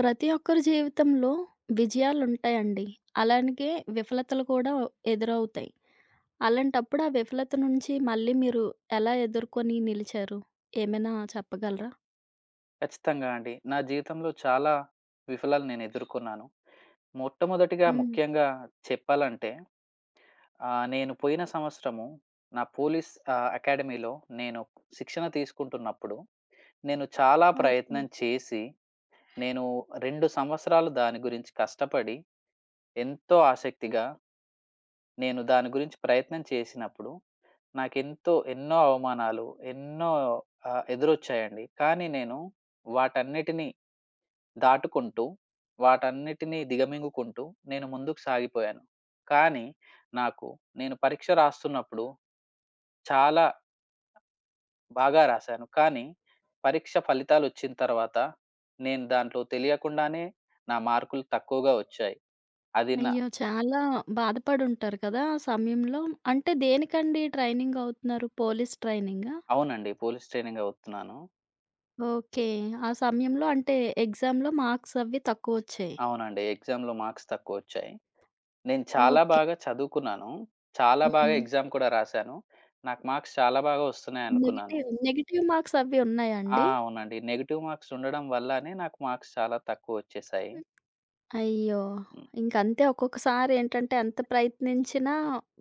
ప్రతి ఒక్కరి జీవితంలో విజయాలుంటాయండి. అలాగే విఫలతలు కూడా ఎదురవుతాయి. అలాంటప్పుడు ఆ విఫలత నుంచి మళ్ళీ మీరు ఎలా ఎదుర్కొని నిలిచారు? ఏమైనా చెప్పగలరా? ఖచ్చితంగా అండి. నా జీవితంలో చాలా విఫలాలు నేనెదుర్కొన్నాను. మొట్టమొదటిగా హ్మ్. ముఖ్యంగా చెప్పాలంటే నేను పోయిన సంవత్సరము నా పోలీస్ అకాడమీలో నేను శిక్షణ తీసుకుంటున్నప్పుడు, నేను చాలా ఓకే. ప్రయత్నం చేసి, నేను 2 సంవత్సరాలు దాని గురించి కష్టపడి, ఎంతో ఆసక్తిగా నేను దాని గురించి ప్రయత్నం చేసినప్పుడు, నాకెంతో ఎన్నో అవమానాలు, ఎన్నో ఎదురొచ్చాయండి. కానీ నేను వాటన్నిటిని దాటుకుంటూ, వాటన్నిటిని దిగమింగుకుంటూ నేను ముందుకు సాగిపోయాను. కానీ, నాకు నేను పరీక్ష రాస్తున్నప్పుడు చాలా బాగా రాశాను. కానీ, పరీక్ష ఫలితాలొచ్చిన తర్వాత నేను దాంట్లో తెలియకుండానే నా మార్కులు తక్కువగా వచ్చాయి. అది నా అయ్యో! చాలా బాధపడుంటారు కదా! ఆ సమయంలో. అంటే దేనికండి ట్రైనింగ్ అవుతున్నారు? పోలీస్ ట్రైనింగా? అవునండి. పోలీస్ ట్రైనింగ్ అవుతున్నాను. ఓకే. ఆ సమయంలో అంటే ఎగ్జామ్‌లో మార్క్స్ అవి తక్కువొచ్చాయి. అవునండి. ఎగ్జామ్‌లో మార్క్స్ తక్కువొచ్చాయి. నేను చాలా ఓకే. బాగా చదువుకున్నాను. చాలా బాగా హ్మ్. ఎగ్జామ్ కూడా రాశాను. నాకు మార్క్స్ చాలా బాగా వస్తున్నాయనుకున్నాను. నెగెటివ్ నెగెటివ్ మార్క్స్ అవి ఉన్నాయా ఆ! అండి? అవునండి. నెగెటివ్ మార్క్స్ ఉండడం వల్లనే నాకు మార్క్స్ చాలా తక్కువొచ్చేశాయి. అయ్యో! హ్మ్. ఇంకంతే ఒక్కొక్కసారి ఏంటంటే ఎంత ప్రయత్నించినా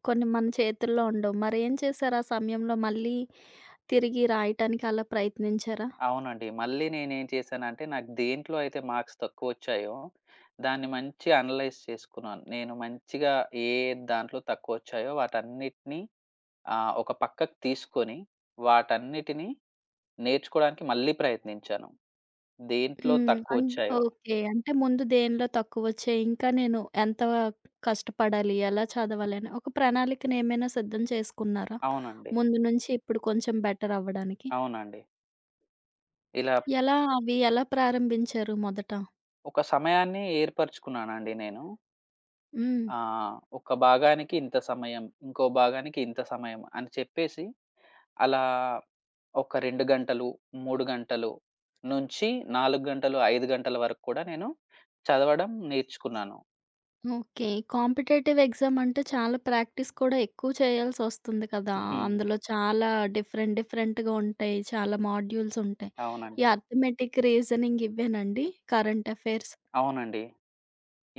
కొన్ని మన చేతుల్లో ఉండవు. మరేం చేశారు ఆ సమయంలో మళ్ళీ తిరిగి రాయటానికి అలా ప్రయత్నించారా? అవునండి. మళ్ళీ నేనేం చేశానంటే, నాకు దేంట్లో అయితే మార్క్స్ తక్కువొచ్చాయో, దాన్ని మంచిగా అనలైజ్ చేసుకున్నాను. నేను మంచిగా ఏ దాంట్లో తక్కువొచ్చాయో వాటన్నిటిని ఒక పక్కకు తీసుకొని, వాటన్నిటిని నేర్చుకోవడానికి మళ్ళీ ప్రయత్నించాను. దేంట్లో హ్మ్. తక్కువొచ్చాయో ఓకే. అంటే ముందు దేనిలో తక్కువొచ్చాయి, ఇంకా నేను ఎంత కష్టపడాలి, ఎలా చదవాలి అని ఒక ప్రణాళికనేమైనా సిద్ధం చేసుకున్నారా? అవునండి. ముందు నుంచి ఇప్పుడు కొంచెం బెటర్ అవ్వడానికి. అవునండి. ఇలా ఎలా ప్రారంభించారు మొదట? ఒక సమయాన్ని ఏర్పరచుకున్నానండి నేను. హ్మ్. ఆ! ఒక భాగానికి ఇంత సమయం, ఇంకో భాగానికి ఇంత సమయం అని చెప్పేసి, అలా ఒక 2 గంటలు, 3 గంటలు నుంచి 4 గంటలు, 5 గంటల వరకు కూడా నేను చదవడం నేర్చుకున్నాను. ఓకే. కాంపిటేటివ్ ఎగ్జామ్ అంటే చాలా ప్రాక్టీస్ కూడా ఎక్కువ చేయాల్సొస్తుంది కదా! హ్మ్. అందులో చాలా డిఫరెంట్ డిఫరెంట్‌గా ఉంటాయి. చాలా మాడ్యూల్స్ ఉంటాయి. అవునండి. ఈ అర్థమెటిక్, రీజనింగ్ ఇవ్వేనండి? Current affairs. అవునండి.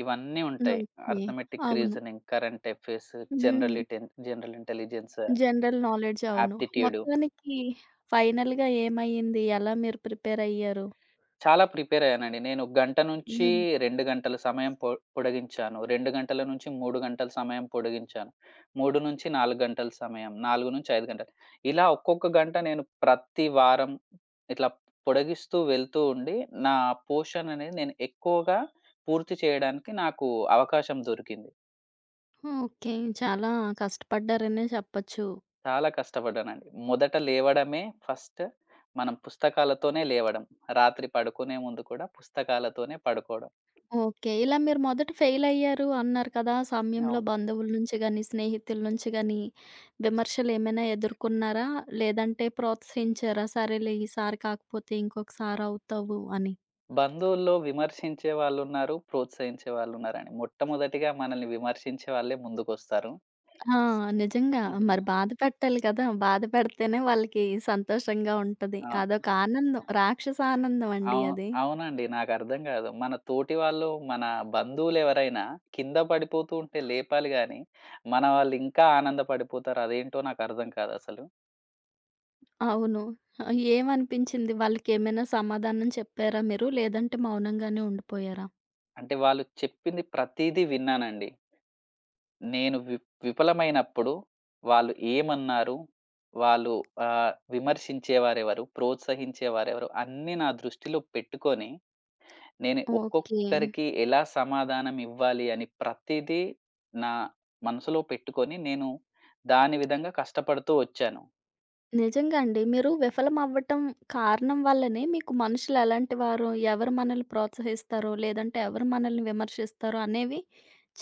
ఇవన్నీ ఉంటాయి. ఓకే. అర్థమెటిక్ అవును. రీజనింగ్, కరెంట్ అఫైర్స్, హ్మ్. జనరల్ ఇంటెలిజెన్స్, జనరల్ నాలెడ్జ్ అవును. ఆప్టిట్యూడ్. మొత్తానికి ఫైనల్‌గా ఏమయింది? ఎలా మీరు ప్రిపేర్ అయ్యారు? చాలా ప్రిపేర్ అయ్యానండి. నేను గంట నుంచి హ్మ్. 2 గంటల సమయం పొడిగించాను. 2 గంటల నుంచి 3 గంటల సమయం పొడిగించాను. 3-4 గంటల సమయం, 4-5 గంటలు. ఇలా ఒక్కొక్క గంట నేను ప్రతి వారం ఇట్లా పొడిగిస్తూ వెళ్తూ ఉండి, నా పోషన్ అనేది నేను ఎక్కువగా పూర్తి చేయడానికి నాకు అవకాశం దొరికింది. ఓకే. చాలా కష్టపడ్డారనే చెప్పొచ్చు. చాలా కష్టపడ్డానండి. మొదట లేవడమే ఫస్ట్ మనం పుస్తకాలతోనే లేవడం. రాత్రి పడుకునే ముందు కూడా పుస్తకాలతోనే పడుకోవడం. ఓకే. ఇలా మీరు మొదట ఫెయిలయ్యారు అన్నారు కదా! ఆ సమయంలో అవును. బంధువుల నుంచి గాని, స్నేహితుల నుంచి గాని విమర్శలేమైనా ఎదుర్కొన్నారా? లేదంటే ప్రోత్సహించారా? సరేలే ఈసారి కాకపోతే ఇంకొకసారి అవుతావు అని. బంధువుల్లో విమర్శించే వాళ్ళున్నారు, ప్రోత్సహించే వాళ్ళున్నారండి. మొట్టమొదటిగా మనల్ని విమర్శించే వాళ్ళే ముందుకొస్తారు. ఆ! నిజంగా. హ్మ్. మరి బాధ పెట్టాలి కదా! బాధ పెడితేనే వాళ్ళకి సంతోషంగా ఉంటది. ఆ! అదొక ఆనందం. రాక్షస ఆనందం అండి అవు అది. అవునండి. నాకర్థం కాదు. మన తోటి వాళ్ళు, మన బంధువులెవరైనా కింద పడిపోతూ ఉంటే లేపాలి గానీ, మన వాళ్ళు ఇంకా ఆనందపడిపోతారు. అదేంటో నాకర్థం కాదసలు. అవును. ఏమనిపించింది? వాళ్ళకేమైనా సమాధానం చెప్పారా మీరు? లేదంటే మౌనంగానే ఉండిపోయారా? అంటే వాళ్ళు చెప్పింది ప్రతీదీ విన్నానండి. నేను వి విఫలమైనప్పుడు వాళ్ళు ఏమన్నారు? వాళ్ళు విమర్శించేవారెవరు? ప్రోత్సహించేవారెవరు? అన్నీ నా దృష్టిలో పెట్టుకొని, నేను ఓకే. ఒక్కొక్కరికి ఎలా సమాధానం ఇవ్వాలి అని ప్రతీదీ నా మనసులో పెట్టుకొని, నేను దాని విధంగా కష్టపడుతూ వచ్చాను. నిజంగా అండి. మీరు విఫలమవ్వటం కారణం వల్లనే మీకు మనుషులు ఎలాంటి వారో, ఎవరు మనల్ని ప్రోత్సహిస్తారో, లేదంటే ఎవరు మనల్ని విమర్శిస్తారో అనేవి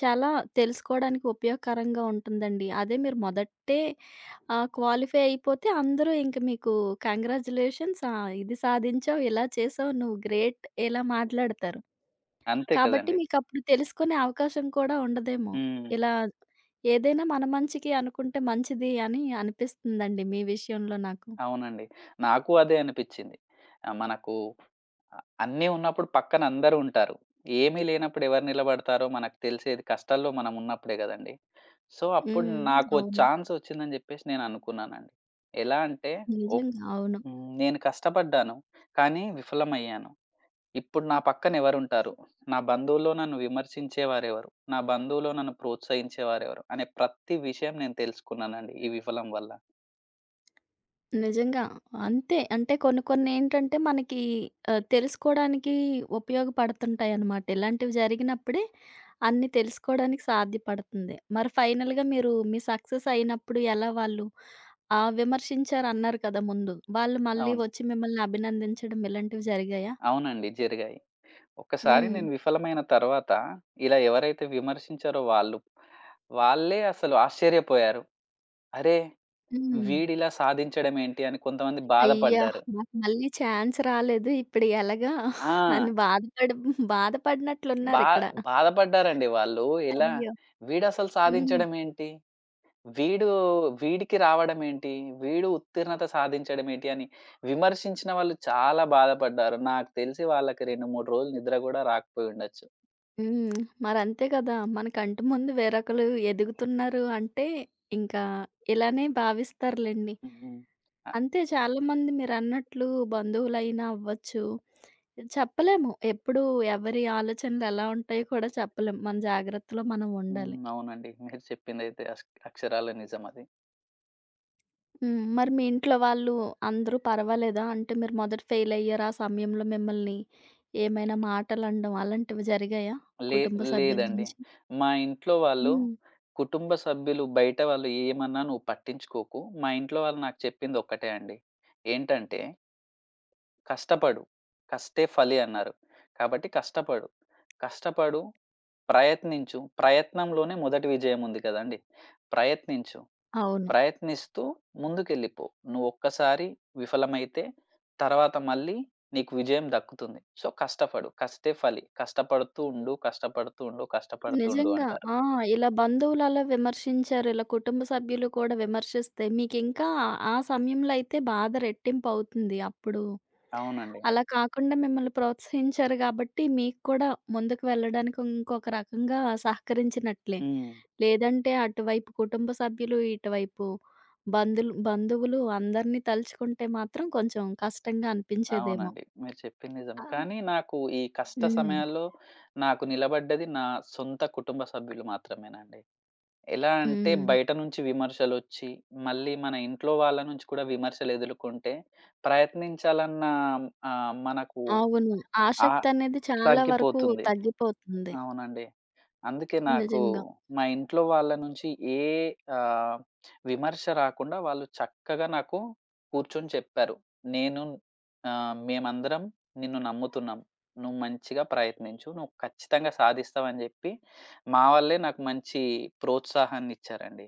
చాలా తెలుసుకోవడానికి ఉపయోగకరంగా ఉంటుందండి. అదే మీరు మొదటే క్వాలిఫై అయిపోతే అందరూ ఇంక మీకు కంగ్రాచ్యులేషన్స్ ఇది సాధించావు, ఇలా చేసావు, నువ్వు గ్రేట్ ఇలా మాట్లాడతారు. అంతే కాబట్టి కదండీ! మీకప్పుడు తెలుసుకునే అవకాశం కూడా ఉండదేమో. హ్మ్. ఇలా ఏదైనా మన మంచికి అనుకుంటే మంచిది అని అనిపిస్తుందండి మీ విషయంలో నాకు. అవునండి. నాకు అదే అనిపిచ్చింది. మనకు అన్నీ ఉన్నప్పుడు పక్కన అందరూ ఉంటారు. ఏమీ లేనప్పుడు ఎవరు నిలబడతారో మనకు తెలిసేది కష్టాల్లో మనం ఉన్నప్పుడే గదండీ. సో, అప్పుడు హ్మ్. నాకో అవును. ఛాన్స్ వచ్చిందని జెప్పేసి నేననుకున్నానండి. ఎలా అంటే ఒక్ నిజంగా. అవును. హ్మ్, నేను కష్టపడ్డాను. కానీ విఫలమయ్యాను. ఇప్పుడు నా పక్కన ఎవరుంటారు? నా బంధువుల్లో నన్ను విమర్శించేవారెవరు? నా బంధువులో నన్ను ప్రోత్సహించేవారెవరు? అనే ప్రతి విషయం నేను తెలుసుకున్నానండి ఈ విఫలం వల్ల. నిజంగా. అంతే. అంటే కొన్ని కొన్నేంటంటే మనకి తెలుసుకోడానికి ఉపయోగపడుతుంటాయన్నమాట. ఇలాంటివి జరిగినప్పుడే అన్నీ తెలుసుకోవడానికి సాధ్యపడుతుంది. మరి ఫైనల్‌గా మీరు మీ సక్సెస్ అయినప్పుడు ఎలా వాళ్ళు విమర్శించారన్నారు కదా! ముందు. వాళ్ళు మళ్ళీ అవును. వచ్చి మిమ్మల్ని అభినందించడం ఇలాంటివి జరిగాయా? అవునండి. జరిగాయి. ఒక్కసారి హ్మ్. నేను విఫలమైన తర్వాత, ఇలా ఎవరైతే విమర్శించారో వాళ్ళు, వాళ్ళే అసలు ఆశ్చర్యపోయారు. అరే! హ్మ్. వీడిలా సాధించడం ఏంటి అని కొంతమంది అయ్యా! బాధపడ్డారు. నాకు మళ్ళీ ఛాన్స్ రాలేదు. ఇప్పుడు ఎలాగా ఆ! అని బాధపడి బా బాధపడినట్లున్నారిక్కడ. బాధపడ్డారండి వాళ్ళు. ఎలా అయ్యో! వీడసలు హ్మ్. సాధించడం ఏంటి? వీడు వీడికి రావడం ఏంటి? వీడు ఉత్తీర్ణత సాధించడం ఏంటి? అని విమర్శించిన వాళ్ళు చాలా బాధపడ్డారు. నాకు తెలిసి వాళ్ళకి 2, 3 రోజులు నిద్ర గూడా రాకపోయుండొచ్చు. హ్మ్. మరంతే కదా! మన కంటి ముందు వేరొకలు ఎదుగుతున్నారు అంటే, ఇంకా ఇలానే భావిస్తారులెండి. హ్మ్. అంతే చాలామంది మీరన్నట్లు బంధువులైనా అవ్వచ్చు. చెప్పలేము. ఎప్పుడు ఎవరి ఆలోచనలు ఎలా ఉంటాయో కూడా చెప్పలేం. మన జాగ్రత్తలో మనం ఉండాలి. హ్మ్. అవునండి. మీరు చెప్పిందైతే అక్షరాల నిజం అది. హ్మ్. మరి మీ ఇంట్లో వాళ్ళు అందరూ పర్వాలేదా? అంటే మీరు మొదట ఫెయిల్ అయ్యారు. ఆ సమయంలో మిమ్మల్ని ఏమైనా మాటలనడం అలాంటివి జరిగాయా? లే కుటుంబ సభ్యుల లేదండి. నుంచి? మా ఇంట్లో వాళ్ళు, హ్మ్. కుటుంబ సభ్యులు బయట వాళ్ళు ఏమన్నా నువ్వు పట్టించుకోకు. మా ఇంట్లో వాళ్ళు నాకు చెప్పింది ఒక్కటే అండి. ఏంటంటే, "కష్టపడు. కష్టే ఫలి" అన్నారు. కాబట్టి కష్టపడు. కష్టపడు, ప్రయత్నించు. ప్రయత్నంలోనే మొదటి విజయం ఉంది కదండీ! ప్రయత్నించు. అవును. ప్రయత్నిస్తూ ముందుకెళ్ళిపో. నువ్వొక్కసారి విఫలమైతే తర్వాత మళ్ళీ నీకు విజయం దక్కుతుంది. సో, కష్టపడు. కష్టే ఫలి. కష్టపడుతూ ఉండు, కష్టపడుతూ ఉండు, కష్టపడుతూ ఉండు నిజంగా. అంటారు. ఆ! ఇలా బంధువులలా విమర్శించారు. ఇలా కుటుంబ సభ్యులు కూడా విమర్శిస్తే మీకింకా ఆ సమయంలో అయితే బాధ రెట్టింపవుతుంది అప్పుడు. అవునండి. అలా కాకుండా మిమ్మల్ని ప్రోత్సహించారు గాబట్టి మీకు కూడా ముందుకు వెళ్ళడానికి ఇంకొక రకంగా సహకరించినట్లే. హ్మ్. లేదంటే అటువైపు కుటుంబ సభ్యులు, ఇటువైపు బంధువులు అందరిని తలుచుకుంటే మాత్రం కొంచెం కష్టంగా అనిపించేదేమో. అవునండి. మీరు చెప్పింది నిజం. ఆ! కానీ నాకు ఈ కష్ట హ్మ్. సమయాల్లో నాకు నిలబడ్డది నా సొంత కుటుంబ సభ్యులు మాత్రమేనండి. ఎలా అంటే హ్మ్. బయట నుంచి విమర్శలొచ్చి, మళ్ళీ మన ఇంట్లో వాళ్ళ నుంచి కూడా విమర్శలెదుర్కొంటే ప్రయత్నించాలన్న మనకు అవును. ఆ ఆసక్తనేది చాలా వరకు తగ్గిపోతుంది. తగ్గిపోతుంది. అవునండి. అందుకే నాకు నిజంగా. మా ఇంట్లో వాళ్ళ నుంచి ఏ ఆహ్, విమర్శ రాకుండా వాళ్ళు చక్కగా నాకు కూర్చొని చెప్పారు. నేను మేమందరం నిన్ను నమ్ముతున్నాం. నువ్వు మంచిగా ప్రయత్నించు. నువ్వు ఖచ్చితంగా సాధిస్తావని జెప్పి, మా వాళ్ళే నాకు మంచి ప్రోత్సాహాన్నిచ్చారండి.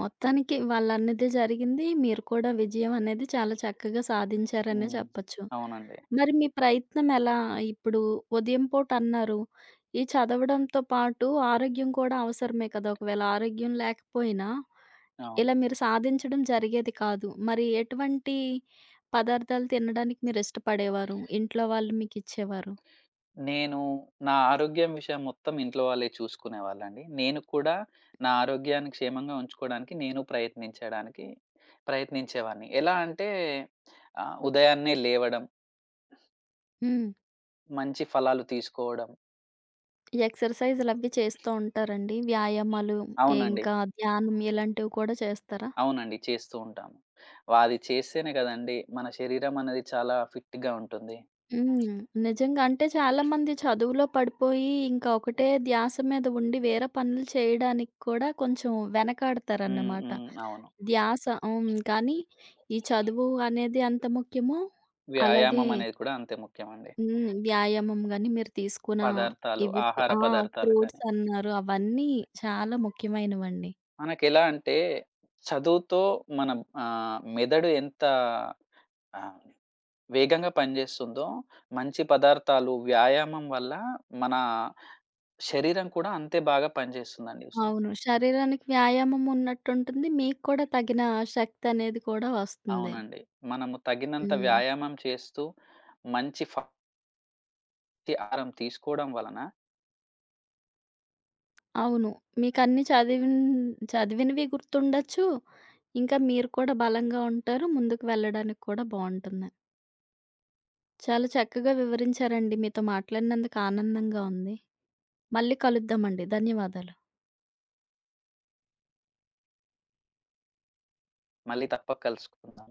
మొత్తానికి వాళ్ళన్నదే జరిగింది. మీరు కూడా విజయం అనేది చాలా చక్కగా సాధించారనే హ్మ్. చెప్పొచ్చు. అవునండి. మరి మీ ప్రయత్నం ఎలా? ఇప్పుడు ఉదయం పూట అన్నారు. ఈ చదవడంతో పాటు ఆరోగ్యం కూడా అవసరమే కదా! ఒకవేళ ఆరోగ్యం లేకపోయినా అవును. ఇలా మీరు సాధించడం జరిగేది కాదు. మరి ఎటువంటి పదార్థాలు తినడానికి మీరు ఇష్టపడేవారు? ఇంట్లో వాళ్ళు మీకిచ్చేవారు? నేను నా ఆరోగ్యం విషయం మొత్తం ఇంట్లో వాళ్ళే చూసుకునేవాళ్ళండి. నేను కూడా నా ఆరోగ్యాన్ని క్షేమంగా ఉంచుకోవడానికి నేను ప్రయత్నించడానికి ప్రయత్నించేవాడిని. ఎలా అంటే ఉదయాన్నే లేవడం, హ్మ్. మంచి ఫలాలు తీసుకోవడం ఈ ఎక్సర్‌సైజులవి చేస్తూ ఉంటారండి. వ్యాయామాలు, అవునండి. ఇంకా ధ్యానం ఇలాంటివి కూడా చేస్తారా? అవునండి. చేస్తూ ఉంటాము. అది చేస్తేనే కదండీ మన శరీరం అనేది చాలా ఫిట్‌గా ఉంటుంది. హ్మ్. నిజంగా. అంటే చాలామంది చదువులో పడిపోయి ఇంకా ఒకటే ధ్యాస మీద ఉండి వేరే పనులు చేయడానికి కూడా కొంచెం హ్మ్. వెనకాడతారన్నమాట. హ్మ్. అవును. ధ్యాస హ్మ్. కానీ ఈ చదువు అనేది ఎంత ముఖ్యమో అలాగే వ్యాయామం అనేది కూడా అంతే ముఖ్యమండి. హ్మ్. వ్యాయామం గాని మీరు తీసుకున్న పదార్థాలు, ఇవి ఆహార ఆ! పదార్థాలు కానీ. ఫ్రూట్స్ అన్నారు. అవన్నీ చాలా ముఖ్యమైనవండి. మనకెలా అంటే, చదువుతో మన మెదడు ఎంత ఆహ్, వేగంగా పనిజేస్తుందో, మంచి పదార్థాలు, వ్యాయామం వల్ల మన శరీరం కూడా అంతే బాగా పనిజేస్తుందండి. అవును. శరీరానికి వ్యాయామం ఉన్నట్టుంటుంది. మీకు కూడా తగిన శక్తి అనేది కూడా వస్తుంది. అవునండి. మనము తగినంత హ్మ్. వ్యాయామం చేస్తూ, మంచి ఫ ఆహారం తీసుకోవడం వలన అవును. మీకన్నీ చదివినవి గుర్తుండొచ్చు. ఇంకా మీరు కూడా బలంగా ఉంటారు. ముందుకు వెళ్ళడానికి కూడా బావుంటుంది. చాలా చక్కగా వివరించారండి. మీతో మాట్లాడినందుకు ఆనందంగా ఉంది. మళ్ళీ కలుద్దామండి. ధన్యవాదాలు. మళ్ళీ తప్పక కలుసుకుందాం.